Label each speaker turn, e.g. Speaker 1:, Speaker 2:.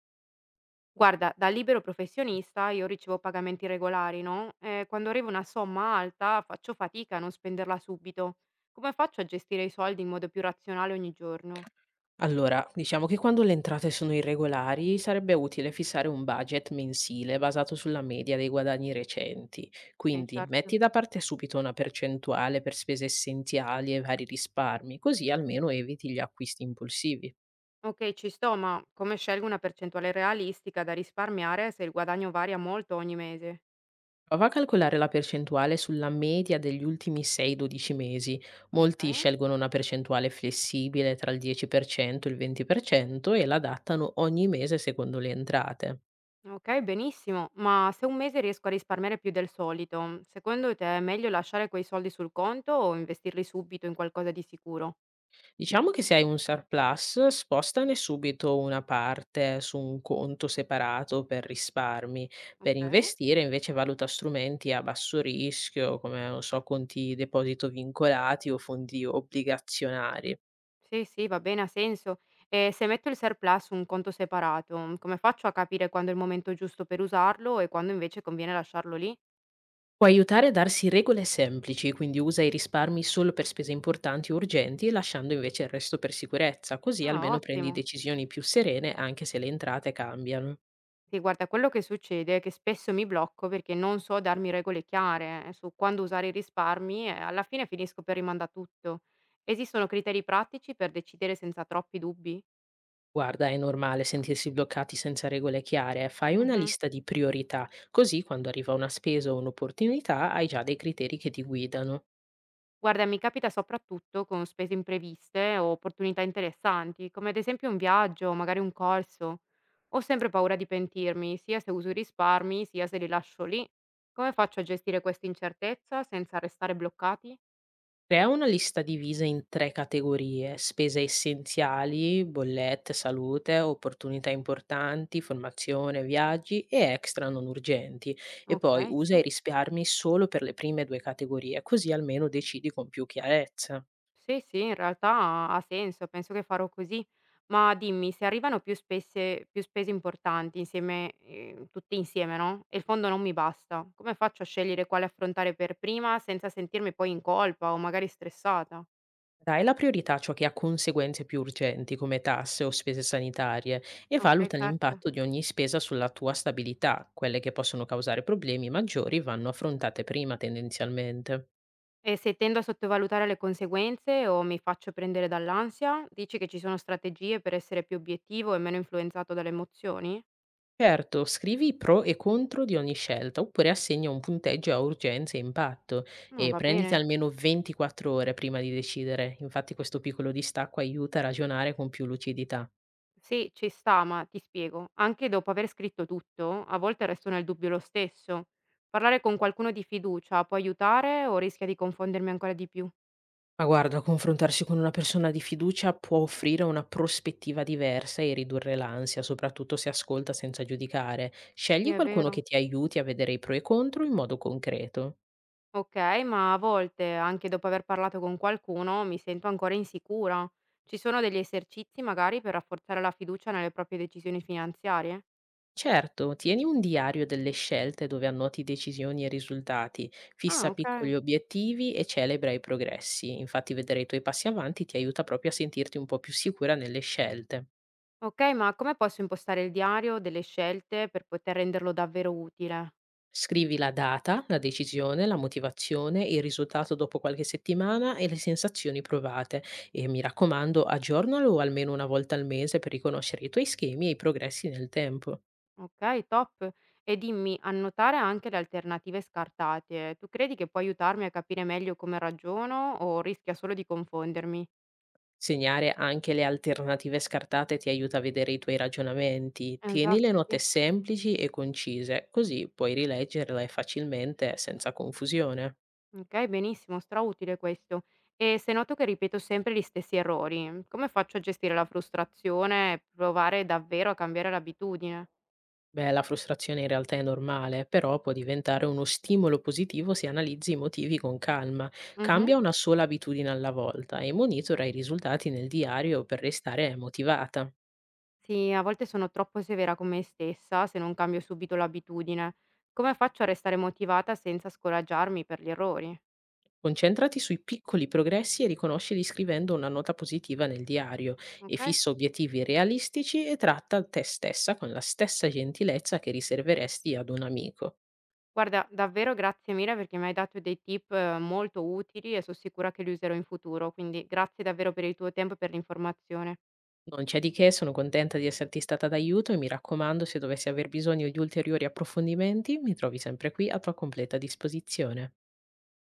Speaker 1: Guarda, da libero professionista io ricevo pagamenti regolari, no? E quando arriva una somma alta faccio fatica a non spenderla subito. Come faccio a gestire i soldi in modo più razionale ogni giorno?
Speaker 2: Allora, diciamo che quando le entrate sono irregolari sarebbe utile fissare un budget mensile basato sulla media dei guadagni recenti.
Speaker 1: Sì,
Speaker 2: Quindi
Speaker 1: certo.
Speaker 2: metti da parte subito una percentuale per spese essenziali e vari risparmi, così almeno eviti gli acquisti impulsivi.
Speaker 1: Ok, ci sto, ma come scelgo una percentuale realistica da risparmiare se il guadagno varia molto ogni mese?
Speaker 2: Prova a calcolare la percentuale sulla media degli ultimi 6-12 mesi. Molti
Speaker 1: Ok.
Speaker 2: scelgono una percentuale flessibile tra il 10% e il 20% e l'adattano ogni mese secondo le entrate.
Speaker 1: Ok, benissimo, ma se un mese riesco a risparmiare più del solito, secondo te è meglio lasciare quei soldi sul conto o investirli subito in qualcosa di sicuro?
Speaker 2: Diciamo che se hai un surplus, spostane subito una parte su un conto separato per risparmi. Per
Speaker 1: Ok.
Speaker 2: investire invece valuta strumenti a basso rischio, come non so, conti deposito vincolati o fondi obbligazionari.
Speaker 1: Sì, sì, va bene, ha senso. E se metto il surplus su un conto separato, come faccio a capire quando è il momento giusto per usarlo e quando invece conviene lasciarlo lì?
Speaker 2: Può aiutare a darsi regole semplici, quindi usa i risparmi solo per spese importanti o urgenti, lasciando invece il resto per sicurezza, così
Speaker 1: Ah,
Speaker 2: almeno prendi
Speaker 1: ottimo.
Speaker 2: decisioni più serene anche se le entrate cambiano.
Speaker 1: Sì, guarda, quello che succede è che spesso mi blocco perché non so darmi regole chiare su quando usare i risparmi e alla fine finisco per rimandare tutto. Esistono criteri pratici per decidere senza troppi dubbi?
Speaker 2: Guarda, è normale sentirsi bloccati senza regole chiare. Fai una
Speaker 1: Mhm.
Speaker 2: lista di priorità, così quando arriva una spesa o un'opportunità hai già dei criteri che ti guidano.
Speaker 1: Guarda, mi capita soprattutto con spese impreviste o opportunità interessanti, come ad esempio un viaggio o magari un corso. Ho sempre paura di pentirmi, sia se uso i risparmi, sia se li lascio lì. Come faccio a gestire questa incertezza senza restare bloccati?
Speaker 2: Crea una lista divisa in tre categorie: spese essenziali, bollette, salute, opportunità importanti, formazione, viaggi e extra non urgenti. E poi
Speaker 1: Ok,
Speaker 2: usa i
Speaker 1: sì.
Speaker 2: risparmi solo per le prime due categorie, così almeno decidi con più chiarezza.
Speaker 1: Sì, sì, in realtà ha senso, penso che farò così. Ma dimmi, se arrivano più spese importanti insieme tutte insieme, no, e il fondo non mi basta, come faccio a scegliere quale affrontare per prima senza sentirmi poi in colpa o magari stressata?
Speaker 2: Dai la priorità a ciò che ha conseguenze più urgenti, come tasse o spese sanitarie, e
Speaker 1: Okay,
Speaker 2: valuta
Speaker 1: certo.
Speaker 2: l'impatto di ogni spesa sulla tua stabilità. Quelle che possono causare problemi maggiori vanno affrontate prima tendenzialmente.
Speaker 1: E se tendo a sottovalutare le conseguenze o mi faccio prendere dall'ansia, dici che ci sono strategie per essere più obiettivo e meno influenzato dalle emozioni?
Speaker 2: Certo, scrivi i pro e contro di ogni scelta, oppure assegna un punteggio a urgenza e impatto e
Speaker 1: Va
Speaker 2: prenditi
Speaker 1: bene.
Speaker 2: almeno 24 ore prima di decidere. Infatti questo piccolo distacco aiuta a ragionare con più lucidità.
Speaker 1: Sì, ci sta, ma ti spiego. Anche dopo aver scritto tutto, a volte resto nel dubbio lo stesso. Parlare con qualcuno di fiducia può aiutare o rischia di confondermi ancora di più?
Speaker 2: Ma guarda, confrontarsi con una persona di fiducia può offrire una prospettiva diversa e ridurre l'ansia, soprattutto se ascolta senza giudicare.
Speaker 1: Sì,
Speaker 2: Scegli
Speaker 1: è
Speaker 2: qualcuno che
Speaker 1: vero.
Speaker 2: ti aiuti a vedere i pro e i contro in modo concreto.
Speaker 1: Ok, ma a volte, anche dopo aver parlato con qualcuno, mi sento ancora insicura. Ci sono degli esercizi magari per rafforzare la fiducia nelle proprie decisioni finanziarie?
Speaker 2: Certo, tieni un diario delle scelte dove annoti decisioni e risultati,
Speaker 1: Ah,
Speaker 2: fissa piccoli
Speaker 1: ok.
Speaker 2: obiettivi e celebra i progressi. Infatti vedere i tuoi passi avanti ti aiuta proprio a sentirti un po' più sicura nelle scelte.
Speaker 1: Ok, ma come posso impostare il diario delle scelte per poter renderlo davvero utile?
Speaker 2: Scrivi la data, la decisione, la motivazione, il risultato dopo qualche settimana e le sensazioni provate. E mi raccomando, aggiornalo almeno una volta al mese per riconoscere i tuoi schemi e i progressi nel tempo.
Speaker 1: Okay, top. E dimmi, annotare anche le alternative scartate, tu credi che può aiutarmi a capire meglio come ragiono o rischia solo di confondermi?
Speaker 2: Segnare anche le alternative scartate ti aiuta a vedere i tuoi ragionamenti. Tieni le
Speaker 1: Esatto,
Speaker 2: note
Speaker 1: sì.
Speaker 2: semplici e concise, così puoi rileggerle facilmente senza confusione.
Speaker 1: Okay, benissimo, strautile questo. E se noto che ripeto sempre gli stessi errori, come faccio a gestire la frustrazione e provare davvero a cambiare l'abitudine?
Speaker 2: Beh, la frustrazione in realtà è normale, però può diventare uno stimolo positivo se analizzi i motivi con calma.
Speaker 1: Mhm.
Speaker 2: Cambia una sola abitudine alla volta e monitora i risultati nel diario per restare motivata.
Speaker 1: Sì, a volte sono troppo severa con me stessa se non cambio subito l'abitudine. Come faccio a restare motivata senza scoraggiarmi per gli errori?
Speaker 2: Concentrati sui piccoli progressi e riconoscili scrivendo una nota positiva nel diario e
Speaker 1: Ok?
Speaker 2: fissa obiettivi realistici e tratta te stessa con la stessa gentilezza che riserveresti ad un amico.
Speaker 1: Guarda, davvero grazie mille perché mi hai dato dei tip molto utili e sono sicura che li userò in futuro, quindi grazie davvero per il tuo tempo e per l'informazione.
Speaker 2: Non c'è di che, sono contenta di esserti stata d'aiuto e mi raccomando, se dovessi aver bisogno di ulteriori approfondimenti, mi trovi sempre qui a tua completa disposizione.